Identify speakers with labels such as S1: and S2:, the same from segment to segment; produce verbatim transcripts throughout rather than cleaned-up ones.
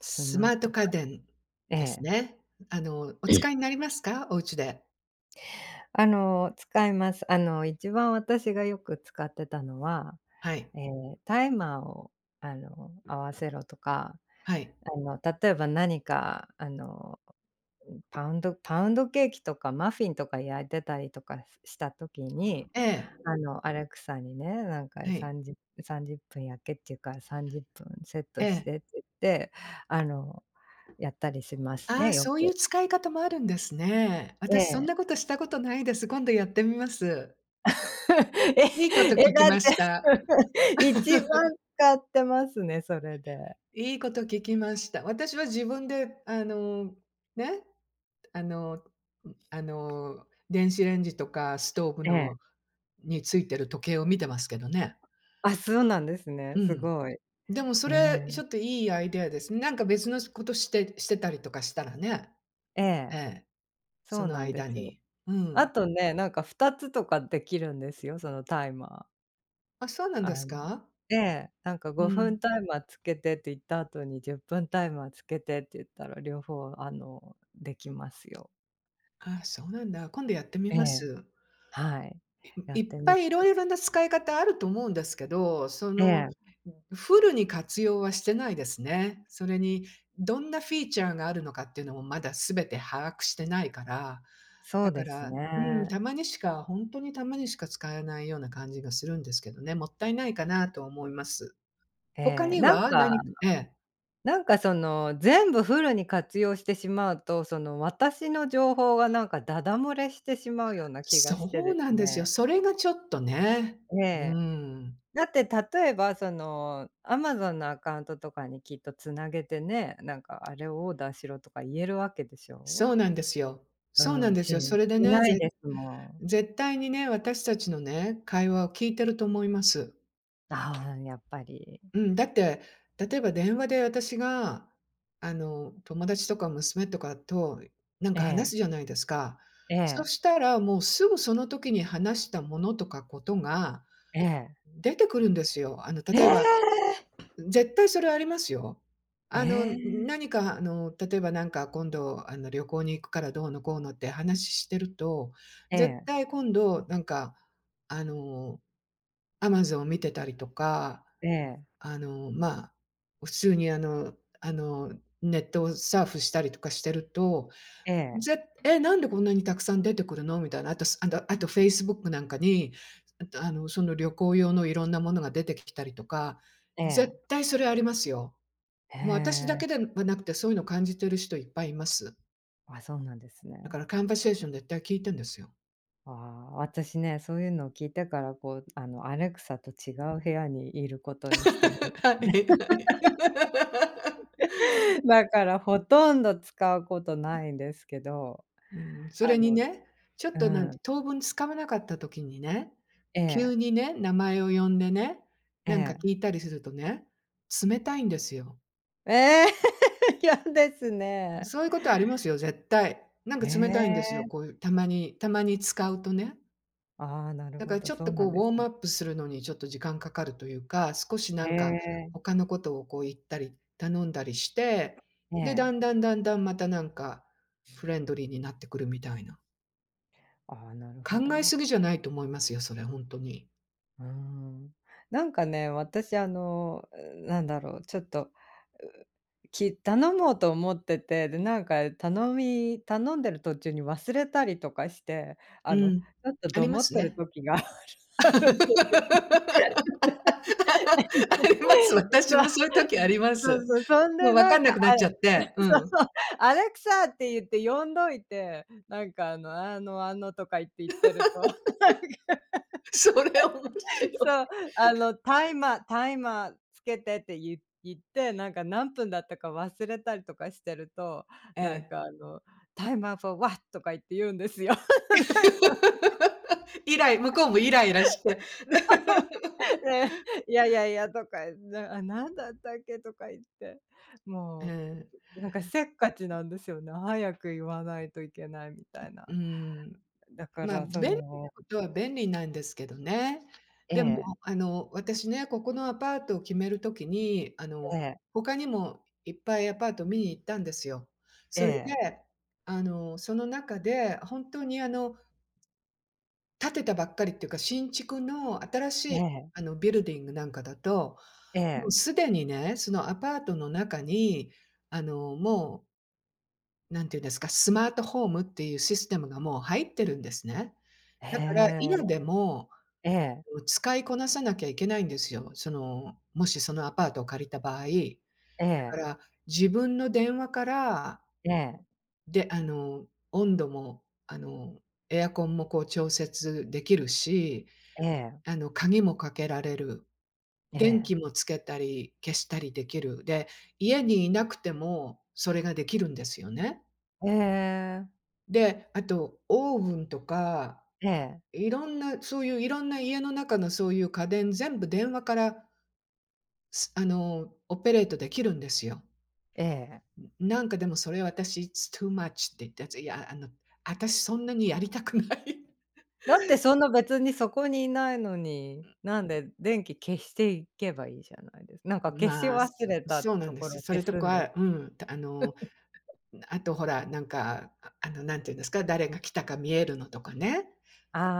S1: ス
S2: スマ
S1: マ
S2: ート
S1: とか
S2: 家電
S1: え
S2: です
S1: え。
S2: ね。あの、お
S1: え
S2: 使い
S1: え
S2: になりますか？お家で。
S1: あの、使います。あの、一番私がよく使ってたのは、
S2: はい。
S1: ええ、タイマーを、あの、合わせろとか、
S2: はい。
S1: あの、例えば何か、あの、うん、パウンドパウンドケーキとかマフィンとか焼いてたりとかしした時に、
S2: ええ。
S1: あの、アレクサにね、なんか
S2: はい。
S1: さんじゅうさんじゅっぷん焼けっていうからさんじゅっぷんセッ
S2: え
S1: トし
S2: え。
S1: てって言って、あの、やったりします
S2: ああ、
S1: ね、よ
S2: そういう
S1: く。
S2: 使い方もあるんですね。
S1: え
S2: 私そん
S1: え。
S2: なことしたことないです。今度やってみます。いいこと
S1: え、え、
S2: 聞き
S1: だっ
S2: まし
S1: て、
S2: た。
S1: 一番 使ってますね、それで。
S2: いいこと聞きました。私は自分で、あの、ね、あの、あの、電子レンジとかストーブ
S1: ええ。
S2: のについてる時計を見てますけどね。
S1: あ、そうなんですね。
S2: う
S1: す
S2: ん。
S1: ごい。
S2: でもそ
S1: え
S2: れ、
S1: え。
S2: ちょっといいアイデアですね。なんか別のことしてしてたりとかしたらね、
S1: ええ、
S2: ええ、
S1: そ
S2: そ
S1: う
S2: の
S1: なんで
S2: 間
S1: すよ。
S2: に。う
S1: あ
S2: ん。
S1: とね、なんかふたつとかできるんですよ、そのタイマー。
S2: あ、そうなん
S1: あ
S2: です
S1: の
S2: か？
S1: ええ、なんか
S2: う
S1: 5
S2: ん。
S1: 分タイマーつけてって言った後にじゅっぷんタイマーつけてって言ったら、両方あの、できますよ。
S2: あ、そうなんだ。今度やってみ
S1: え
S2: ま
S1: え、
S2: す。
S1: はい。
S2: い
S1: やっ
S2: いっ
S1: て
S2: ぱ
S1: みて
S2: いいろ
S1: くだ
S2: いろな使い方あると思うんですけど、そ
S1: え
S2: の、
S1: え、
S2: フルに活用はしてないですね。それに、どんなフィーチャーがあるのかっていうのもまだ全て把握してないから、
S1: そ
S2: だ
S1: う
S2: か
S1: です
S2: ら、うん、た
S1: ね。
S2: まにしか、ほんとにたまにしか使えないような感じがするんですけどね、もったいないかなと思います。
S1: え
S2: 他
S1: え、
S2: に
S1: なん
S2: は
S1: か
S2: 何ええ。
S1: なんかその、全部フルに活用してしまうと、その私の情報がなんかダダ漏れしてしまうような気がして
S2: そう
S1: で
S2: な
S1: す
S2: んですよ。
S1: ね。
S2: それがちょっとね。
S1: え
S2: うー
S1: え。
S2: ん。
S1: だって例えばその、アマゾン のアカウントとかにきっとつなげてね、なんかあれをオーダーしろとか言えるわけでしょ？
S2: そうなんですよ。そうな
S1: う
S2: ん
S1: ん、し
S2: ですよ。そ
S1: し
S2: れでね、
S1: ない
S2: ぜ
S1: ですもん。
S2: 絶対にね、私たちのね、会話を聞いてると思います。
S1: ああ、やっぱり。
S2: うん、だって、例えば電話で私が、あの、友達とか娘とかとなん
S1: え
S2: か話
S1: え、
S2: すじゃないですか。
S1: え
S2: そ
S1: え、
S2: したらもうすぐその時に話したものとかことが
S1: ええ。
S2: 出てくるんですよ。あの、
S1: え
S2: 例えば
S1: え！
S2: 絶対それありますよ。あの、何かあの、例えばなんか今度あの、旅行に行くからどうのこうのって話してると、
S1: え
S2: 絶
S1: え、
S2: 対今度なんか、あの、Amazon 見てたりとか、
S1: ええ、
S2: あの、まあ、普通にあのあの、ネットをサーフしたりとかしてると、
S1: ええ、ええ、
S2: ぜ「え、なんでこんなにたくさん出てくるの？」みたいな。あとすあだあと Facebook なんかに、あと、あの、その旅行用のいろんなものが出てきたりとか、
S1: え
S2: 絶
S1: え。
S2: 対それありますよ。
S1: へ
S2: もう私だ
S1: え、
S2: けではなくて、そういうの感じてる人いっぱいいます。
S1: あ、そうなんです
S2: だか
S1: ね。
S2: らカンバセーション絶対聞いてんですよ。
S1: ああ、私ね、そういうのを聞いたから、こう、あの、アレクサと違う部屋にいることにしてる。
S2: はいはい。
S1: だからほとんど使うことないんですけど、
S2: うん、そ
S1: あ
S2: れに
S1: の
S2: ね、ちょっ
S1: う
S2: となん
S1: ん、
S2: 当分つかめなかった時にね、
S1: え
S2: 急
S1: え、
S2: にね、名前を呼んでね、
S1: え
S2: なんか
S1: え。
S2: 聞いたりするとね、冷たいんですよ。
S1: ええ、嫌ですね。
S2: そういうことありますよ、絶対。なんか
S1: え
S2: 冷たいんですよ、こ
S1: え、
S2: ういうたまにたまに使うとね。
S1: ああ、なる
S2: だか
S1: ほ
S2: ら
S1: ど、
S2: ちょっ
S1: そ
S2: と
S1: うな
S2: こ
S1: ん
S2: う
S1: で
S2: ウォー
S1: す
S2: ムア
S1: ね。
S2: ップするのにちょっと時間かかるというか、少しな
S1: へ
S2: んか
S1: え、
S2: 他のことをこう言ったり、頼んだりして、
S1: え
S2: で、だ
S1: え、
S2: んだんだんだんまたなんかフレンドリーになってくるみたいな。
S1: ああ、なるほ
S2: 考え
S1: ど。
S2: すぎじゃないと思いますよ、それほんとに。
S1: うん。なんかね、私あの、なんだろう、ちょっと、き頼もうと思ってて、で、なんか頼み頼んでる途中に忘れたりとかして、あ
S2: う
S1: の、ち
S2: ん。
S1: ょっと
S2: あ
S1: ど
S2: りま
S1: もっ
S2: す
S1: てる
S2: ね。
S1: 時が あるあ る
S2: あります。私もそういう時あ
S1: んで
S2: り
S1: す。
S2: ま
S1: そう
S2: す。
S1: そう、そん
S2: もう
S1: で
S2: わ
S1: な
S2: かん
S1: ん
S2: な
S1: か、あ
S2: くなっちゃって、う
S1: そう
S2: ん。
S1: そう「アレクサ」って言って呼んどいて、なんかあの、「あの、あの」とか言って言ってると、
S2: それ面白
S1: そう、
S2: い。
S1: あの、タイマータイマーつけてってゆ言って、なんか何分だったか忘れたりとかしてると、
S2: え
S1: なん
S2: え。
S1: かあの、「タイマー for what」とか言って言うんですよ。
S2: イライ向こうもイライラして。
S1: ね、いやいやいや」とか、な「あ、なんだったっけ」とか言って、
S2: え
S1: も
S2: え、
S1: う、なんかせっかちなんですよね。早く言わないといけないみたい
S2: う
S1: な。
S2: ん。
S1: だか
S2: まあ、
S1: らそ
S2: 便利な
S1: の
S2: ことは便利なんですけどね。
S1: え
S2: でも、
S1: え、
S2: あの、私ね、ここのアパートを決める時に、あ
S1: え
S2: の、
S1: え、
S2: 他にもいっぱいアパート見に行ったんですよ。
S1: え
S2: それ
S1: え、
S2: で、あの、その中で本当に、あの、建てたばっかりっていうか、新築の新し
S1: え
S2: い、
S1: え、
S2: あの、ビルディングなんかだと、
S1: え
S2: もう
S1: え、
S2: すでにね、そのアパートの中に、あの、もう、なんていうんですか、スマートホームっていうシステムがもう入ってるんですね。
S1: え
S2: だから、
S1: え、
S2: 家でも、
S1: ええ、
S2: 使いこなさなきゃいけないんですよ。その、もしそのアパートを借りた場合。だ
S1: え
S2: か
S1: え、
S2: ら、自分の電話から、
S1: ええ、
S2: で、あの、温度も、あの、エアコンもこう調節できるし、
S1: ええ、
S2: あの、鍵もかけられる。
S1: え
S2: 電気
S1: え、
S2: もつけたり消したりできる。で、家にいなくてもそれができるんですよね。
S1: ええ、
S2: で、あとオーブンとか、
S1: ええ、
S2: いろんな、そういういろんな家の中のそういう家電、全部電話から、すあの、オペレートできるんですよ。
S1: ええ。
S2: なんかでもそれ私、It's too much って言ったやいや、あの、私そんなにやりたくない。
S1: だってそんな別にそこにいないのに、なんで電気消していけばいいじゃないですなんか消し
S2: まあ、
S1: 忘
S2: す
S1: れた
S2: そうなん
S1: と
S2: で
S1: こ
S2: す
S1: ろ
S2: よ。
S1: を
S2: そ
S1: 消
S2: れと
S1: すんです
S2: か、うん、あの、あとほら、なんか、ああの、なんていうんですか、誰が来たか見えるのとかね。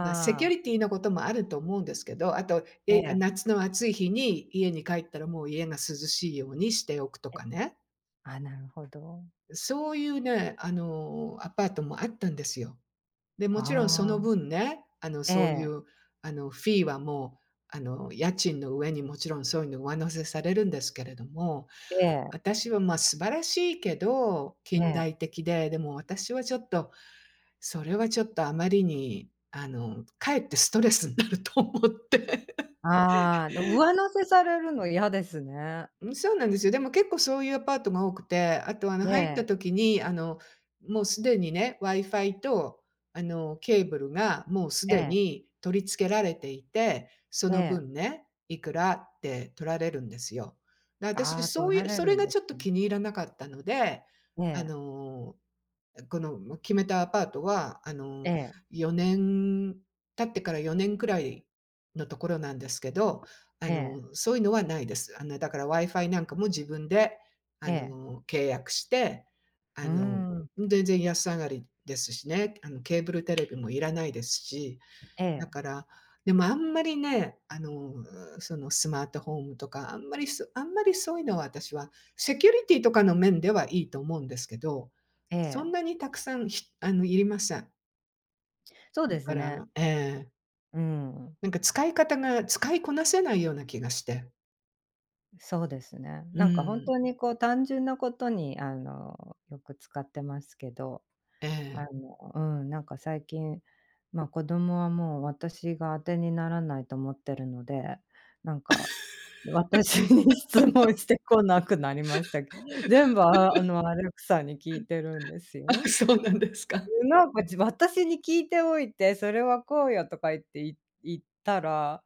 S2: まあ、セキュ
S1: あ。
S2: リティのこともあると思うんですけど、あと、
S1: え
S2: え、
S1: え。
S2: 夏の暑い日に家に帰ったらもう家が涼しいようにしておくと
S1: え、
S2: かね。
S1: あ、なるほど。
S2: そういうね、あの、アパートもあったんですよ。で、
S1: あ
S2: もちろんその
S1: あ、
S2: 分ね、あの、
S1: え
S2: そうい
S1: え、
S2: う、あの、フィーはもう、あの、家賃の上にもちろんそういうの上乗せされるんですけれども、
S1: ええ、
S2: 私は、ま、あ素晴らしいけど、
S1: え
S2: 近
S1: え。
S2: 代的で、でも私はちょっと、それはちょっとあまりに、あの、かえってストレスになると思って。
S1: ああ、の、上乗せされるの嫌ですね。
S2: うん、そうなんですよ。でも結構そういうアパートが多くて、あと、あの、
S1: え
S2: 入った
S1: え、
S2: 時に、あの、もうすでにね、Wi-Fi と、あの、ケーブルがもうす
S1: え
S2: で
S1: え、
S2: に取り付けられていて、そ
S1: え
S2: の
S1: え。
S2: 分ね、いくらって取られるんですよ。で、私
S1: ああ、
S2: そ
S1: 取
S2: うい
S1: ら
S2: う
S1: れ
S2: それ
S1: るん
S2: が
S1: で
S2: ちょっと
S1: すね。
S2: 気に入らなかったので、
S1: え
S2: あ
S1: え、
S2: の、この、ま、決めたアパートは、あ
S1: え
S2: の、
S1: え、
S2: 4年経ってからよねんくらいのところなんですけど、あ
S1: ええ、
S2: の、そういうのはないです。あの、だから Wi-Fi なんかも自分で、あ
S1: ええ。
S2: の、契約して、
S1: う
S2: あ
S1: ー
S2: の、
S1: ん。
S2: 全然安上がりですしね、あの、ケーブルテレビもいらないですし。
S1: え
S2: だ
S1: え、
S2: から、でもあんまりね、あの、そのスマートホームとか、あんまりそあんまりそういうのは私はセキュリティとかの面ではいいと思うんですけど、
S1: え
S2: そん
S1: え。
S2: なにたくさん、ひあの、いりません。
S1: そう
S2: だ
S1: で
S2: か
S1: すね。
S2: らええ
S1: うん、
S2: なんか使い方が使いこなせないような気がして。
S1: そうですね。
S2: う
S1: なんかほん
S2: ん、
S1: とにこう単純なことにあの、よく使ってますけど
S2: え
S1: あ
S2: え。
S1: の、うん、なんか最近、ま、子供はもう私が当てにならないと思ってるので、なんか、私に 質問してこなくなりましたけど全部ああの、アレクサに聞いてるんです
S2: あ、
S1: よ。
S2: そうなんですか。
S1: なんか、じ私に聞いておいて、それはこうよとか言って、い言ったら、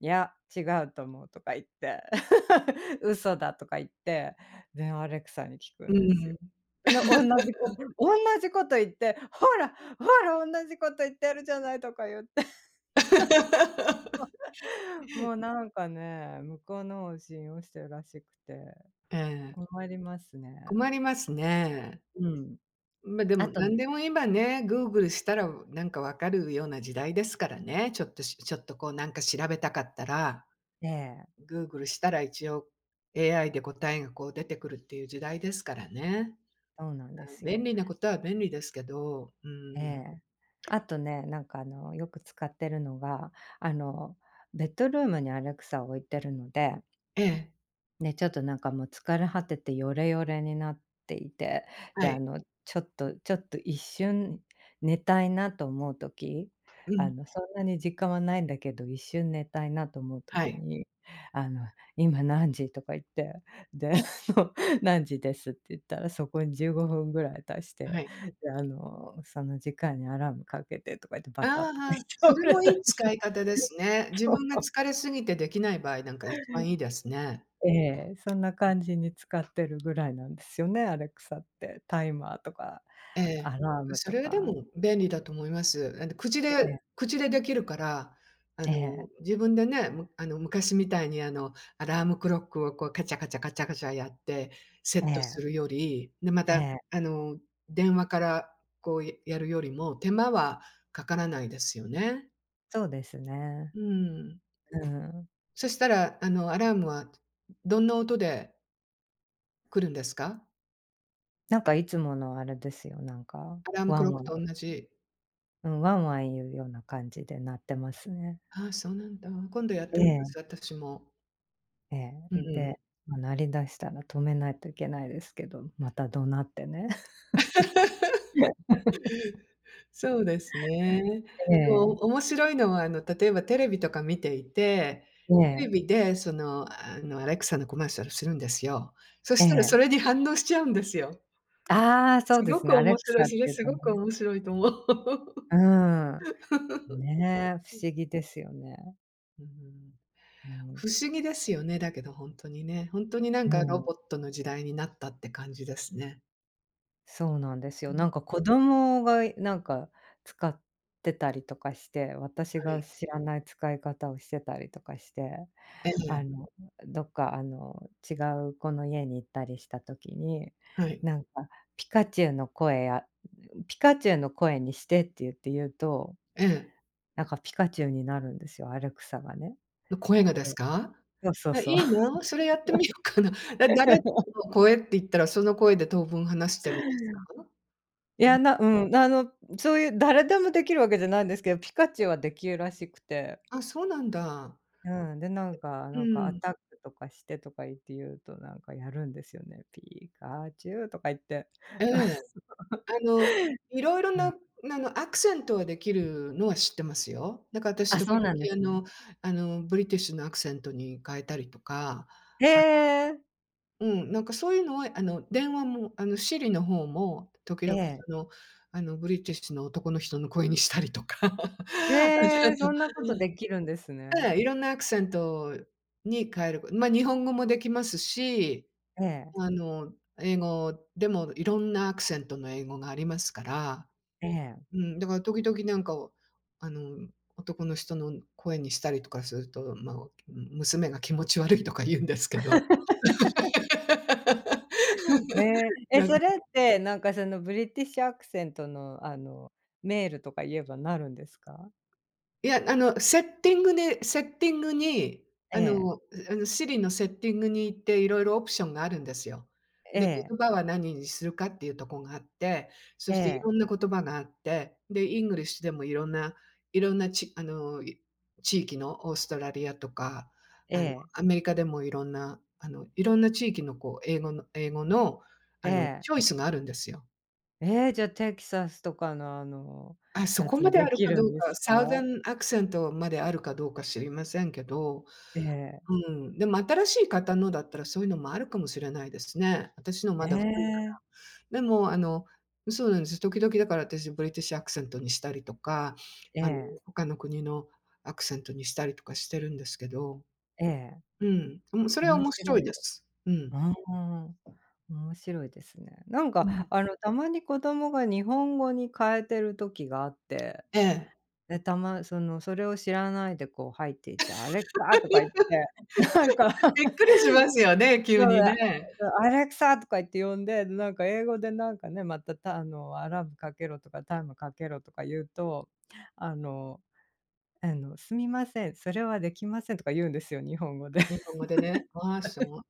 S1: いや、違うと思うとか言って、嘘だとか言って、で、アレクサに聞く
S2: う
S1: んです
S2: ん。
S1: よ。な、同じこと同じこと言って、ほら、ほら、同じこと言ってるじゃないとか言って、もうなんかね、向こうのを信用してるらしくて、
S2: ええ、
S1: 困りますね。
S2: 困りますね。
S1: うん。
S2: まあ、で
S1: あ
S2: も
S1: と
S2: 何でも今ね、グーグルしたら、なんかわかるような時代ですからね。ちょっとしちょっとこうなんか調べたかったら、
S1: ね
S2: グーグルしたら一応 エーアイ で答えがこう出てくるっていう時代ですからね。
S1: そうなん
S2: まあ、
S1: です
S2: 便
S1: よ。
S2: 利なことは便利ですけど、う
S1: え
S2: ん。
S1: え。あとね、なんかあの、よく使ってるのが、あの、ベッドルームにアレクサを置いてるので
S2: ええ、
S1: ね、ちょっとなんかもう疲れ果ててヨレヨレになっていて、
S2: は
S1: で、あ
S2: い。
S1: の、ちょっとちょっと一瞬寝たいなと思う時、
S2: う
S1: あ
S2: ん、
S1: の、そんなに時間はないんだけど、一瞬寝たいなと思う
S2: は
S1: 時
S2: い、
S1: に、あの、「今何時？」とか言って、で、あの、「何時です」って言ったら、そこにじゅうごふんぐらい足し
S2: は
S1: て、
S2: い。
S1: で、あの、その時間にアラームかけてとか言って
S2: あ
S1: バタッとかし
S2: あ、
S1: て
S2: そ
S1: 倒
S2: れ
S1: れ
S2: もい
S1: た
S2: い
S1: りす
S2: 使い
S1: る
S2: 方ですね。自
S1: と
S2: 分が疲れすぎてできない場合なんか一番いいですね。
S1: ええ、そんな感じに使ってるぐらいなんですよね、アレクサって。タイマーとか、
S2: え
S1: ア
S2: え。
S1: ラーム
S2: そ
S1: と
S2: れはで
S1: か。
S2: も便利だと思います。あの、口で
S1: え
S2: 口でできるから、あ
S1: え、え
S2: の、
S1: え、
S2: 自分でね、むあの、昔みたいにあの、アラームクロックをこうカチャカチャカチャカチャやってセッ
S1: え
S2: トす
S1: え、
S2: るより、で、ま
S1: え
S2: た、
S1: え、
S2: あの、電話からこうややるよりも手間はかからないですよね。
S1: そうですね。
S2: うん。
S1: うん。
S2: そしたら、あの、アラームはどんな音で来るんですか？
S1: なんかいつものあれですよ、なんか、
S2: アラーム
S1: ワ
S2: ク
S1: ン
S2: ロッ
S1: ワ
S2: ク
S1: ン
S2: と同じ。
S1: うん、ワンワン言うような感じで鳴ってますね。
S2: ああ、そうなんだ。今度やっ
S1: え
S2: てみま
S1: え、
S2: す、私も。
S1: ええ、
S2: うんうん。
S1: で、ま、鳴り出したら止めないといけないですけど、また怒鳴ってね。
S2: そうですね。
S1: え
S2: でも、
S1: え、
S2: 面白いのは、あの、例えばテレビとか見ていて、
S1: え
S2: テレ
S1: え、
S2: ビでその、あの、エーエルイーエックス のコマーシャルするんですよ。そ
S1: え
S2: したらそ
S1: え。
S2: れに反応しちゃうんですよ。
S1: ああ、そ
S2: す
S1: うで
S2: ご
S1: すね、
S2: く
S1: アレ
S2: 面
S1: ク
S2: 白
S1: サ
S2: い、
S1: っ
S2: それ
S1: ていう
S2: す
S1: と
S2: ご
S1: ね、
S2: く面白いと思う。
S1: うーん。ねえ、不思議ですよね。
S2: うん。
S1: うん。
S2: 不思議ですよね、だけど本当にね。本当になん
S1: う
S2: かロ
S1: ん、
S2: ボットの時代になったって感じですね。
S1: そうなんです
S2: う
S1: よ。
S2: ん、
S1: なんか子供がなんか使ってたりとかして、私
S2: は
S1: が
S2: い。
S1: 知らない使い方をしてたりとかして、
S2: え
S1: あ
S2: え、
S1: の、どっかあの、違う子の家に行ったりした時に、
S2: はい。
S1: なんかピカチュウの声やピカチュウの声にしてって言って言うと、
S2: ええ。
S1: なんかピカチュウになるんですよ、アレクサがね。
S2: の声がですか？
S1: そうそう
S2: あ、い
S1: そう。
S2: いな、それやってみようかな。だ誰の声って言ったら、その声で当分話してるんですか？
S1: い
S2: うん。
S1: や、なうん、あの、そういう誰でもできるわけじゃないんですけど、ピカチュウはできるらしくて。
S2: あ、そうなんだ。
S1: うん、で、なんか
S2: う
S1: なんかア
S2: ん。
S1: タックとかしてとか言って言うと、なんかやるんですよね。ピカチュウとか言って。
S2: ええ。あの、いろいろ
S1: う
S2: な、
S1: ん。
S2: あの、アクセントはできるのは知ってますよ。だから 私
S1: あ、そ
S2: 時
S1: う
S2: 々、
S1: なんで
S2: あ
S1: すね。
S2: のあの、ブリティッシュのアクセントに変えたりとか、
S1: へえ。
S2: うん、なんかそういうのは、あの、電話も、あの、Siri の方も時
S1: え
S2: 々
S1: え。
S2: その、あの、ブリティッシュの男の人の声にしたりとか。あ
S1: ええ、そんなことできるんです
S2: え
S1: ね。
S2: え、いろんなアクセントに変えるまあ日本語もできますし、
S1: ええ、
S2: あの、英語でもいろんなアクセントの英語がありますから、
S1: ええ。
S2: うん、だから時々なんかを、あの、男の人の声にしたりとかすると、まあ、娘が気持ち悪いとか言うんですけど。
S1: ええ、え、
S2: なん
S1: それって、なんかそのブリティッシュアクセントの、あの、メールとか言えばなるんですか？
S2: いや、あの、セッティングでセッティングに、
S1: え
S2: あ
S1: え、
S2: の、あの、Siri のセッティングに行って色々オプションがあるんですよ。
S1: え
S2: で、言
S1: え、
S2: 葉は何にするかっていうとこがあって、そ
S1: え
S2: してい
S1: え、
S2: ろんな言葉があって、で、イングリッシュでもいろんないろんなちあの、い地域のオーストラリアとか、
S1: え
S2: あの、
S1: え。
S2: アメリカでもいろんな、あの、いろんな地域のこう、英語の英語の、あ
S1: え
S2: の、チョイ
S1: え。
S2: スがあるんですよ。
S1: ええ、じゃ、テキサスとかの、あの、
S2: あ、そ
S1: や
S2: こま
S1: つ
S2: であ
S1: で
S2: る
S1: き
S2: か
S1: る
S2: ど
S1: ん
S2: う
S1: で
S2: か、
S1: すか？
S2: サウザンアクセントまであるかどうか知りませんけど。
S1: ええ。
S2: うん、でも新しい方のだったら、そういうのもあるかもしれないですね。私の
S1: え
S2: まだ古いか
S1: え。
S2: ら。でも、あの、そうなんです。時々だから私ブリティッシュアクセントにしたりとか、
S1: え
S2: あの、
S1: え。
S2: 他の国のアクセントにしたりとかしてるんですけど、
S1: ええ。
S2: うん、うん、それは
S1: 面
S2: 面白
S1: 白
S2: い
S1: い。
S2: です。うん。
S1: うーん。面白いですね。なん
S2: うん、
S1: か、あの、たまに子供が日本語に変えてる時があって、
S2: ええ。
S1: で、たまその、それを知らないでこう入っていって「アレクサ」とか言って、なんか
S2: びっくりしますよね、
S1: そ
S2: 急
S1: う
S2: に
S1: だ、
S2: ね。
S1: あ、アレクサとか言って呼んで、なんか英語でなんかね、また、たあの、アラームかけろとか、タイムかけろとか言うと、あのあの「すみません、それはできません」とか言うんですよ、日本語で。
S2: 日本語でね、マーション。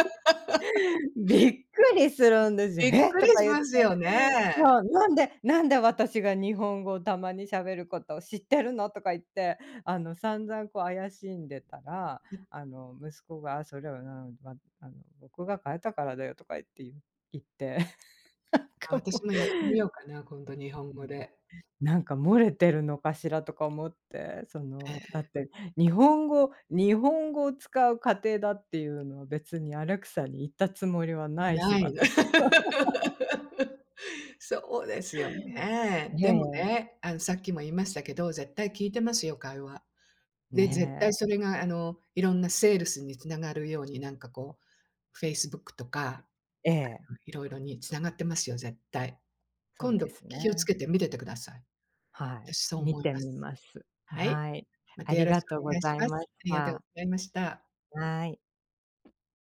S1: びっくりするんですよ。
S2: びっ
S1: 「え！」
S2: く
S1: と
S2: り
S1: か
S2: し
S1: 言っ
S2: ま
S1: て。
S2: すよね。
S1: そう、「なんでなんで私が日本語をたまに喋ることを知ってるの？」とか言って、あの、散々こう怪しんでたら、あの、息子が「あそれは、なわあの、僕が変えたからだよ」とか言って言う言って。
S2: あ、
S1: なんかも
S2: 私
S1: う
S2: もやって みようかな、今度日本語で。
S1: なんか漏れてるのかしらとか思って、そ
S2: え
S1: の、
S2: え。
S1: だって日本語日本語を使う家庭だっていうのは別にアレクサに言ったつもりはないし、
S2: ない。
S1: 私は。
S2: そうですよね。でも
S1: ね
S2: ね、あの、さっきも言いましたけど、絶対聞いてますよ、会話。
S1: え、
S2: で、絶
S1: ね
S2: 対それが、あの、いろんなセールスに繋がるように、なんかこう、フェイスブック とか、
S1: え、ええ、
S2: いろいろに繋がってますよ、絶対。
S1: そう
S2: 今
S1: で
S2: 度
S1: す
S2: 気をつ
S1: ね。
S2: けて見ててください。
S1: はい、
S2: 私そう
S1: 見
S2: 思い
S1: て
S2: ま
S1: み
S2: す。
S1: ます。
S2: はい。
S1: はい、
S2: また
S1: あ
S2: よ
S1: り
S2: ろ
S1: が
S2: しく
S1: とう
S2: お
S1: ご
S2: 願いし
S1: ざい
S2: ま
S1: ま
S2: す。
S1: し
S2: ありがとうご
S1: た。
S2: ざいました。
S1: はい。